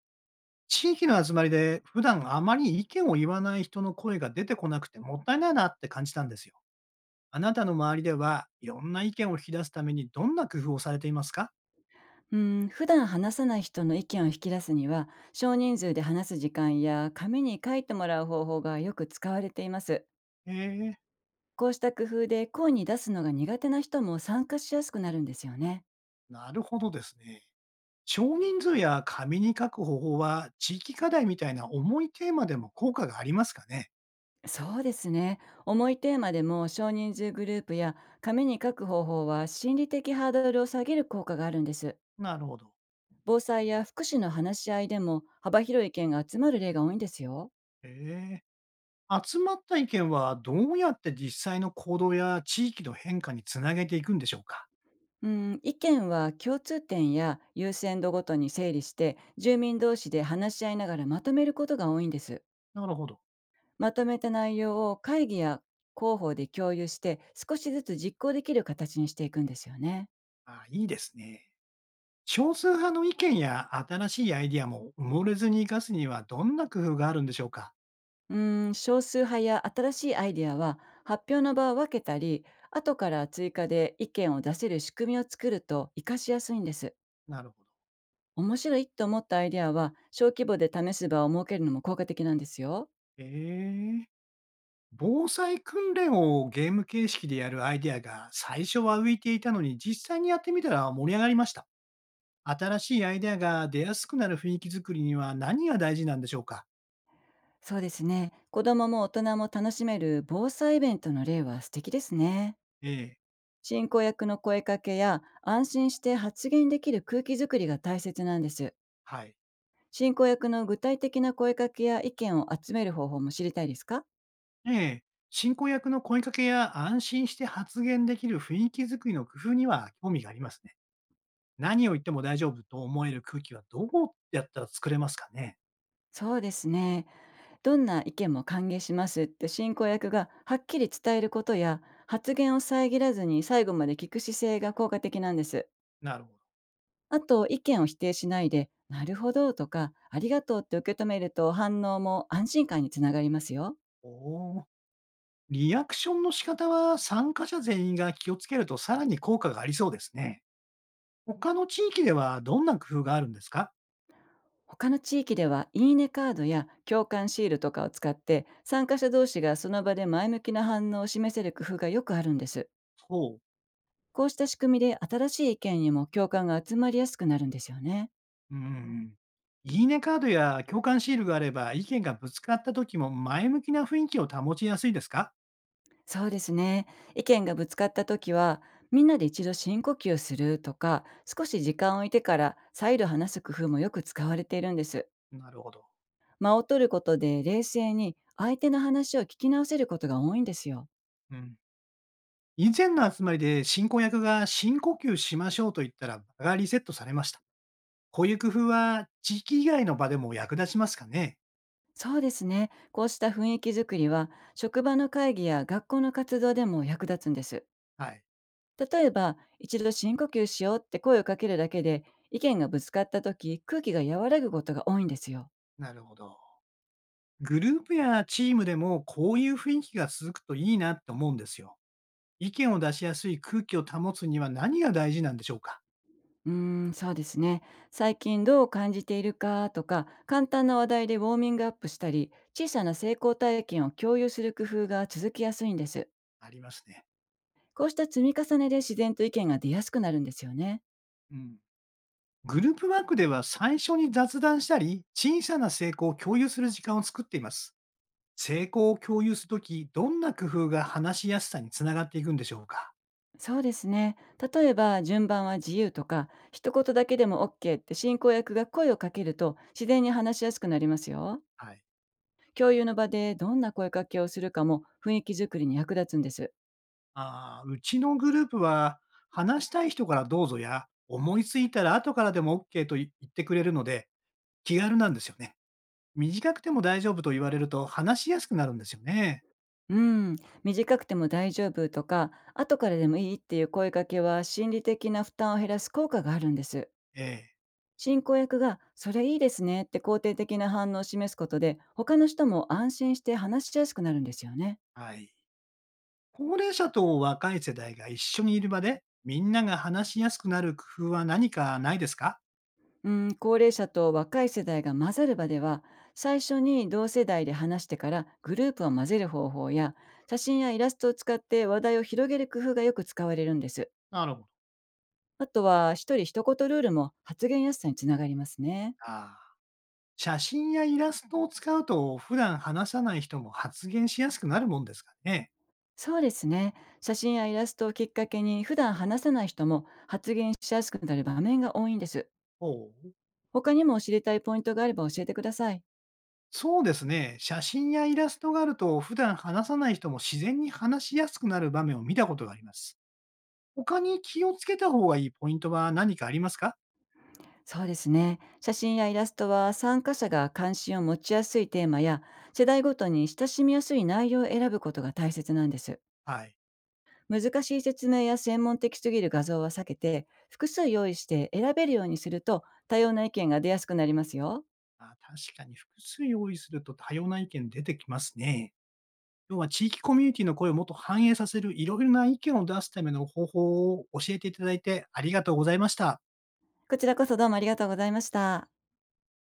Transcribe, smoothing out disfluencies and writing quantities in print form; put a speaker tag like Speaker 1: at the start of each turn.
Speaker 1: 地域の集まりで普段あまり意見を言わない人の声が出てこなくてもったいないなって感じたんですよ。あなたの周りではいろんな意見を引き出すためにどんな工夫をされていますか？
Speaker 2: うん、普段話さない人の意見を引き出すには少人数で話す時間や紙に書いてもらう方法がよく使われています。
Speaker 1: へえ、
Speaker 2: こうした工夫で声に出すのが苦手な人も参加しやすくなるんですよね。
Speaker 1: なるほどですね。少人数や紙に書く方法は地域課題みたいな重いテーマでも効果がありますかね？
Speaker 2: そうですね。重いテーマでも少人数グループや紙に書く方法は心理的ハードルを下げる効果があるんです。
Speaker 1: なるほど。
Speaker 2: 防災や福祉の話し合いでも幅広い意見が集まる例が多いんですよ。
Speaker 1: へえ。集まった意見はどうやって実際の行動や地域の変化につなげていくんでしょうか？
Speaker 2: うん、意見は共通点や優先度ごとに整理して住民同士で話し合いながらまとめることが多いんです。
Speaker 1: なるほど。
Speaker 2: まとめた内容を会議や広報で共有して少しずつ実行できる形にしていくんですよね。
Speaker 1: あ、いいですね。少数派の意見や新しいアイディアも埋もれずに生かすにはどんな工夫があるんでしょうか？
Speaker 2: うん、少数派や新しいアイデアは発表の場を分けたり後から追加で意見を出せる仕組みを作ると活かしやすいんです。
Speaker 1: なるほど。
Speaker 2: 面白いと思ったアイデアは小規模で試す場を設けるのも効果的なんですよ。
Speaker 1: ええ、防災訓練をゲーム形式でやるアイディアが最初は浮いていたのに実際にやってみたら盛り上がりました。新しいアイディアが出やすくなる雰囲気作りには何が大事なんでしょうか？
Speaker 2: そうですね。子供も大人も楽しめる防災イベントの例は素敵ですね。
Speaker 1: ええ、
Speaker 2: 進行役の声かけや安心して発言できる空気づくりが大切なんです。
Speaker 1: はい。
Speaker 2: 進行役の具体的な声かけや意見を集める方法も知りたいですか？
Speaker 1: ええ、進行役の声かけや安心して発言できる雰囲気作りの工夫には興味がありますね。何を言っても大丈夫と思える空気はどうやったら作れますかね？
Speaker 2: そうですね。どんな意見も歓迎しますって進行役がはっきり伝えることや、発言を遮らずに最後まで聞く姿勢が効果的なんです。
Speaker 1: なるほど。
Speaker 2: あと、意見を否定しないで、なるほどとか、ありがとうって受け止めると反応も安心感につながりますよ。
Speaker 1: お、お。リアクションの仕方は参加者全員が気をつけるとさらに効果がありそうですね。他の地域ではどんな工夫があるんですか？
Speaker 2: 他の地域では、いいねカードや共感シールとかを使って、参加者同士がその場で前向きな反応を示せる工夫がよくあるんです。
Speaker 1: ほう。
Speaker 2: こうした仕組みで新しい意見にも共感が集まりやすくなるんですよね。
Speaker 1: んう、ん。いいねカードや共感シールがあれば、意見がぶつかった時も前向きな雰囲気を保ちやすいですか？
Speaker 2: そうですね。意見がぶつかった時は、みんなで一度深呼吸するとか、少し時間を置いてから再度話す工夫もよく使われているんです。
Speaker 1: なるほど。
Speaker 2: 間を取ることで冷静に相手の話を聞き直せることが多いんですよ。
Speaker 1: うん。以前の集まりで進行役が深呼吸しましょうと言ったら場がリセットされました。こういう工夫は地域以外の場でも役立ちますかね？
Speaker 2: そうですね。こうした雰囲気づくりは、職場の会議や学校の活動でも役立つんです。
Speaker 1: はい、
Speaker 2: 例えば、一度深呼吸しようって声をかけるだけで、意見がぶつかった時、空気が和らぐことが多いんですよ。
Speaker 1: なるほど。グループやチームでもこういう雰囲気が続くといいなって思うんですよ。意見を出しやすい空気を保つには何が大事なんでしょうか？
Speaker 2: うーん、そうですね。最近どう感じているかとか、簡単な話題でウォーミングアップしたり、小さな成功体験を共有する工夫が続きやすいんです。
Speaker 1: ありますね。
Speaker 2: こうした積み重ねで自然と意見が出やすくなるんですよね。
Speaker 1: うん。グループワークでは最初に雑談したり、小さな成功を共有する時間を作っています。成功を共有するとき、どんな工夫が話しやすさにつながっていくんでしょうか？
Speaker 2: そうですね。例えば、順番は自由とか、一言だけでも OK って進行役が声をかけると、自然に話しやすくなりますよ。
Speaker 1: はい。
Speaker 2: 共有の場でどんな声かけをするかも雰囲気づくりに役立つんです。
Speaker 1: ああ、うちのグループは、話したい人からどうぞや、思いついたら後からでもオッケーと言ってくれるので、気軽なんですよね。短くても大丈夫と言われると話しやすくなるんですよね。
Speaker 2: うん、短くても大丈夫とか、後からでもいいっていう声かけは心理的な負担を減らす効果があるんです。
Speaker 1: ええ、
Speaker 2: 進行役が「それいいですね」って肯定的な反応を示すことで他の人も安心して話しやすくなるんですよね。
Speaker 1: はい。高齢者と若い世代が一緒にいる場で、みんなが話しやすくなる工夫は何かないですか？
Speaker 2: うん、高齢者と若い世代が混ざる場では、最初に同世代で話してからグループを混ぜる方法や、写真やイラストを使って話題を広げる工夫がよく使われるんです。
Speaker 1: なるほど。
Speaker 2: あとは一人一言ルールも発言やすさにつながりますね。
Speaker 1: ああ、写真やイラストを使うと、普段話さない人も発言しやすくなるもんですかね。
Speaker 2: そうですね。写真やイラストをきっかけに普段話さない人も発言しやすくなる場面が多いんです。
Speaker 1: ほう。
Speaker 2: 他にも知りたいポイントがあれば教えてください。
Speaker 1: そうですね。写真やイラストがあると、普段話さない人も自然に話しやすくなる場面を見たことがあります。他に気をつけた方がいいポイントは何かありますか？
Speaker 2: そうですね。写真やイラストは参加者が関心を持ちやすいテーマや、世代ごとに親しみやすい内容を選ぶことが大切なんです。
Speaker 1: はい。
Speaker 2: 難しい説明や専門的すぎる画像は避けて複数用意して選べるようにすると多様な意見が出やすくなりますよ。
Speaker 1: あ、確かに複数用意すると多様な意見出てきますね。要は地域コミュニティの声をもっと反映させる、いろいろな意見を出すための方法を教えていただいてありがとうございました。
Speaker 2: こちらこそどうもありがとうございました。